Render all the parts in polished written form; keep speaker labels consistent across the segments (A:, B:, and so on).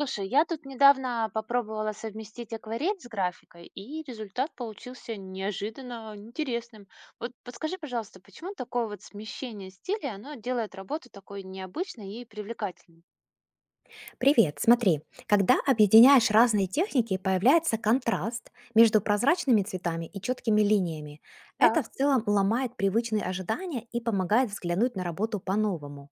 A: Слушай, я тут недавно попробовала совместить акварель с графикой, и результат получился неожиданно интересным. Вот подскажи, пожалуйста, почему такое вот смещение стилей, оно делает работу такой необычной и привлекательной?
B: Привет, смотри, когда объединяешь разные техники, появляется контраст между прозрачными цветами и четкими линиями. Это
A: Так.
B: в целом ломает привычные ожидания и помогает взглянуть на работу по-новому.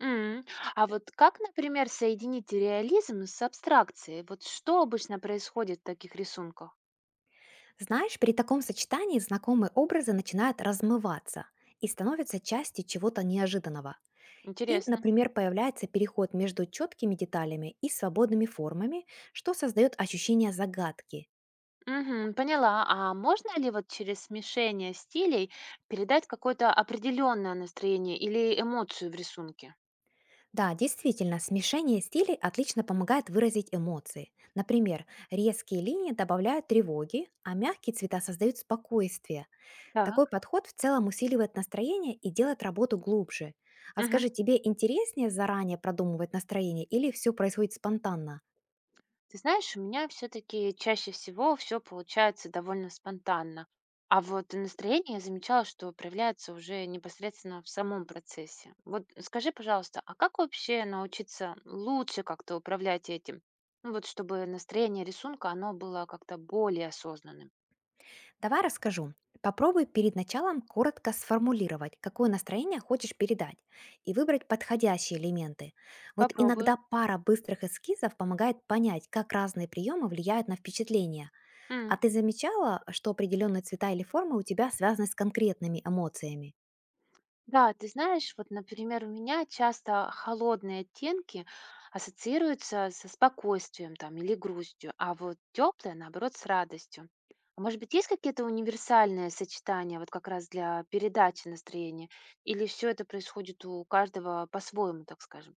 A: М. А вот как, например, соединить реализм с абстракцией? Вот что обычно происходит в таких рисунках?
B: Знаешь, при таком сочетании знакомые образы начинают размываться и становятся частью чего-то неожиданного. И,
A: Интересно.
B: например, появляется переход между четкими деталями и свободными формами, что создает ощущение загадки.
A: Мгм, поняла. А можно ли вот через смешение стилей передать какое-то определенное настроение или эмоцию в рисунке?
B: Да, действительно, смешение стилей отлично помогает выразить эмоции. Например, резкие линии добавляют тревоги, а мягкие цвета создают спокойствие. Такой
A: Так.
B: подход в целом усиливает настроение и делает работу глубже. А
A: Мгм.
B: скажи, тебе интереснее заранее продумывать настроение или все происходит спонтанно?
A: Ты знаешь, у меня все-таки чаще всего все получается довольно спонтанно. А вот настроение я замечала, что проявляется уже непосредственно в самом процессе. Вот скажи, пожалуйста, а как вообще научиться лучше как-то управлять этим? Ну вот чтобы настроение рисунка, оно было как-то более осознанным.
B: Давай расскажу. Попробуй перед началом коротко сформулировать, какое настроение хочешь передать, и выбрать подходящие элементы. Вот иногда
A: Попробую.
B: пара быстрых эскизов помогает понять, как разные приемы влияют на впечатление. А
A: М.
B: ты замечала, что определенные цвета или формы у тебя связаны с конкретными эмоциями?
A: Да, ты знаешь, вот, например, у меня часто холодные оттенки ассоциируются со спокойствием там или грустью, а вот теплые, наоборот, с радостью. А может быть, есть какие-то универсальные сочетания вот как раз для передачи настроения? Или все это происходит у каждого по-своему, так скажем?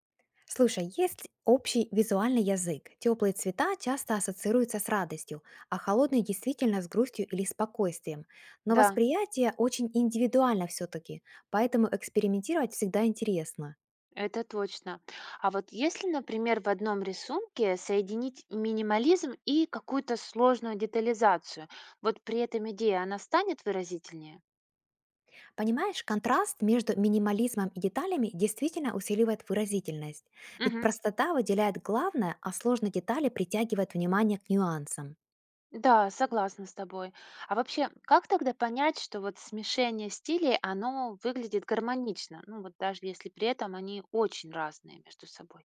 B: Слушай, есть общий визуальный язык. Теплые цвета часто ассоциируются с радостью, а холодные действительно с грустью или спокойствием. Но
A: Да,
B: восприятие очень индивидуально все-таки, поэтому экспериментировать всегда интересно.
A: это точно. А вот если, например, в одном рисунке соединить минимализм и какую-то сложную детализацию, вот при этом идея, она станет выразительнее?
B: Понимаешь, контраст между минимализмом и деталями действительно усиливает выразительность. Ведь
A: Мгм.
B: простота выделяет главное, а сложные детали притягивают внимание к нюансам.
A: Да, согласна с тобой. А вообще, как тогда понять, что вот смешение стилей, оно выглядит гармонично? Ну вот даже если при этом они очень разные между собой.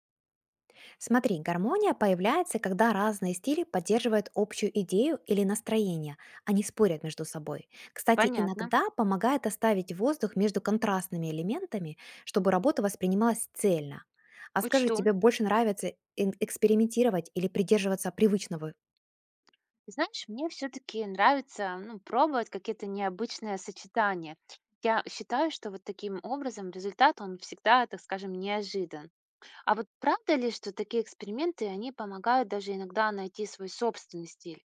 B: Смотри, гармония появляется, когда разные стили поддерживают общую идею или настроение, а не спорят между собой. Кстати,
A: Понятно,
B: иногда помогает оставить воздух между контрастными элементами, чтобы работа воспринималась цельно. А скажи,
A: учту.
B: тебе больше нравится экспериментировать или придерживаться привычного?
A: Ты знаешь, мне все-таки нравится, ну, пробовать какие-то необычные сочетания. Я считаю, что вот таким образом результат, он всегда, так скажем, неожидан. А вот правда ли, что такие эксперименты, они помогают даже иногда найти свой собственный стиль?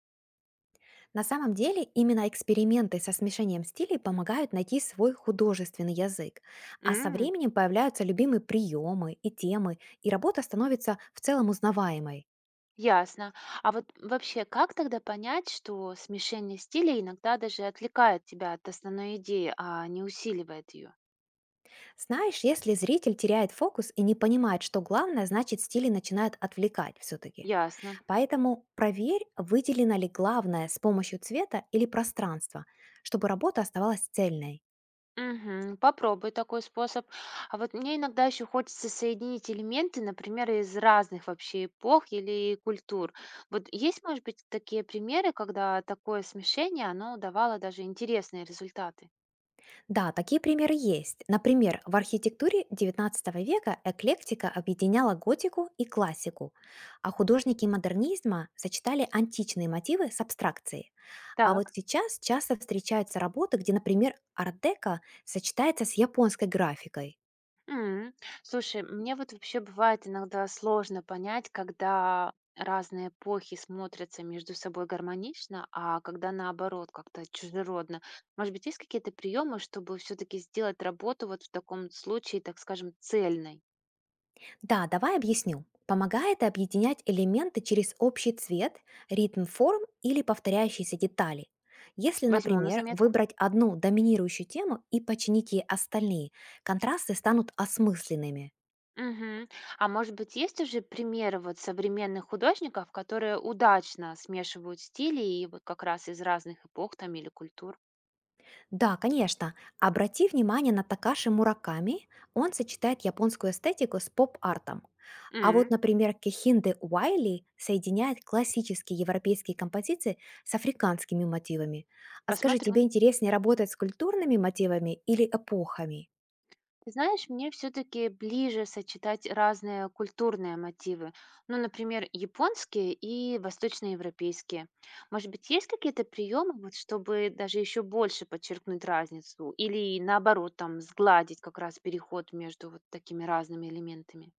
B: На самом деле, именно эксперименты со смешением стилей помогают найти свой художественный язык. А со временем появляются любимые приемы и темы, и работа становится в целом узнаваемой.
A: Ясно. А вот вообще, как тогда понять, что смешение стилей иногда даже отвлекает тебя от основной идеи, а не усиливает ее?
B: Знаешь, если зритель теряет фокус и не понимает, что главное, значит стили начинают отвлекать все-таки.
A: Ясно.
B: Поэтому проверь, выделено ли главное с помощью цвета или пространства, чтобы работа оставалась цельной.
A: Мгм. Попробуй такой способ. А вот мне иногда еще хочется соединить элементы, например, из разных вообще эпох или культур. Вот есть, может быть, такие примеры, когда такое смешение, оно давало даже интересные результаты?
B: Да, такие примеры есть. Например, в архитектуре XIX века эклектика объединяла готику и классику, а художники модернизма сочетали античные мотивы с абстракцией. А вот
A: Так.
B: сейчас часто встречаются работы, где, например, артека сочетается с японской графикой.
A: М. Слушай, мне вот вообще бывает иногда сложно понять, когда разные эпохи смотрятся между собой гармонично, а когда наоборот как-то чужеродно. Может быть, есть какие-то приемы, чтобы все-таки сделать работу вот в таком случае, так скажем, цельной?
B: Да, давай объясню. Помогает объединять элементы через общий цвет, ритм форм или повторяющиеся детали. Если,
A: Возьму на
B: например,
A: заметку.
B: выбрать одну доминирующую тему и починить ей остальные, контрасты станут осмысленными.
A: Мгм. А может быть, есть уже примеры вот современных художников, которые удачно смешивают стили и вот как раз из разных эпох там или культур?
B: Да, конечно. Обрати внимание на Такаши Мураками. Он сочетает японскую эстетику с поп-артом. А вот,
A: М.
B: например, Кехинде Уайли соединяет классические европейские композиции с африканскими мотивами. А скажи, тебе
A: Посмотрю.
B: интереснее работать с культурными мотивами или эпохами?
A: Ты знаешь, мне все-таки ближе сочетать разные культурные мотивы. Ну, например, японские и восточноевропейские. Может быть, есть какие-то приемы, вот, чтобы даже еще больше подчеркнуть разницу? Или наоборот, там, сгладить как раз переход между вот такими разными элементами?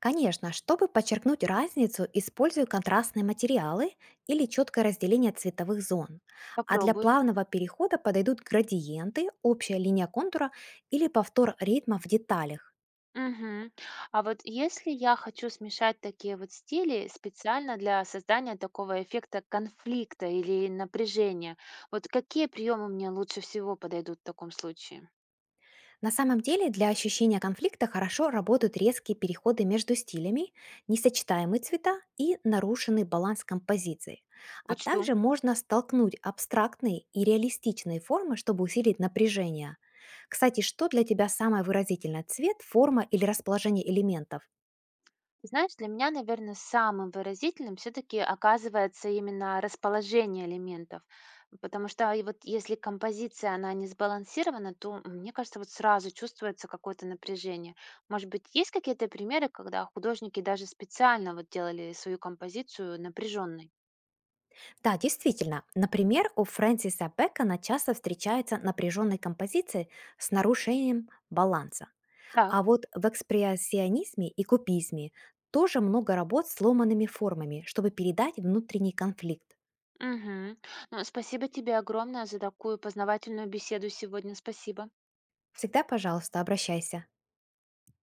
B: Конечно, чтобы подчеркнуть разницу, использую контрастные материалы или четкое разделение цветовых зон. А для
A: Попробую.
B: плавного перехода подойдут градиенты, общая линия контура или повтор ритма в деталях.
A: Мгм. А вот если я хочу смешать такие вот стили специально для создания такого эффекта конфликта или напряжения, вот какие приемы мне лучше всего подойдут в таком случае?
B: На самом деле для ощущения конфликта хорошо работают резкие переходы между стилями, несочетаемые цвета и нарушенный баланс композиции. А
A: Учту.
B: также можно столкнуть абстрактные и реалистичные формы, чтобы усилить напряжение. Кстати, что для тебя самое выразительное — цвет, форма или расположение элементов?
A: Ты знаешь, для меня, наверное, самым выразительным все-таки оказывается именно расположение элементов. Потому что и вот если композиция, она не сбалансирована, то, мне кажется, вот сразу чувствуется какое-то напряжение. Может быть, есть какие-то примеры, когда художники даже специально вот делали свою композицию напряженной?
B: Да, действительно. Например, у Фрэнсиса Бэкона часто встречаются напряженные композиции с нарушением баланса.
A: Так.
B: А вот в экспрессионизме и кубизме тоже много работ с сломанными формами, чтобы передать внутренний конфликт.
A: Мгм. Ну, спасибо тебе огромное за такую познавательную беседу сегодня. Спасибо.
B: Всегда, пожалуйста, обращайся.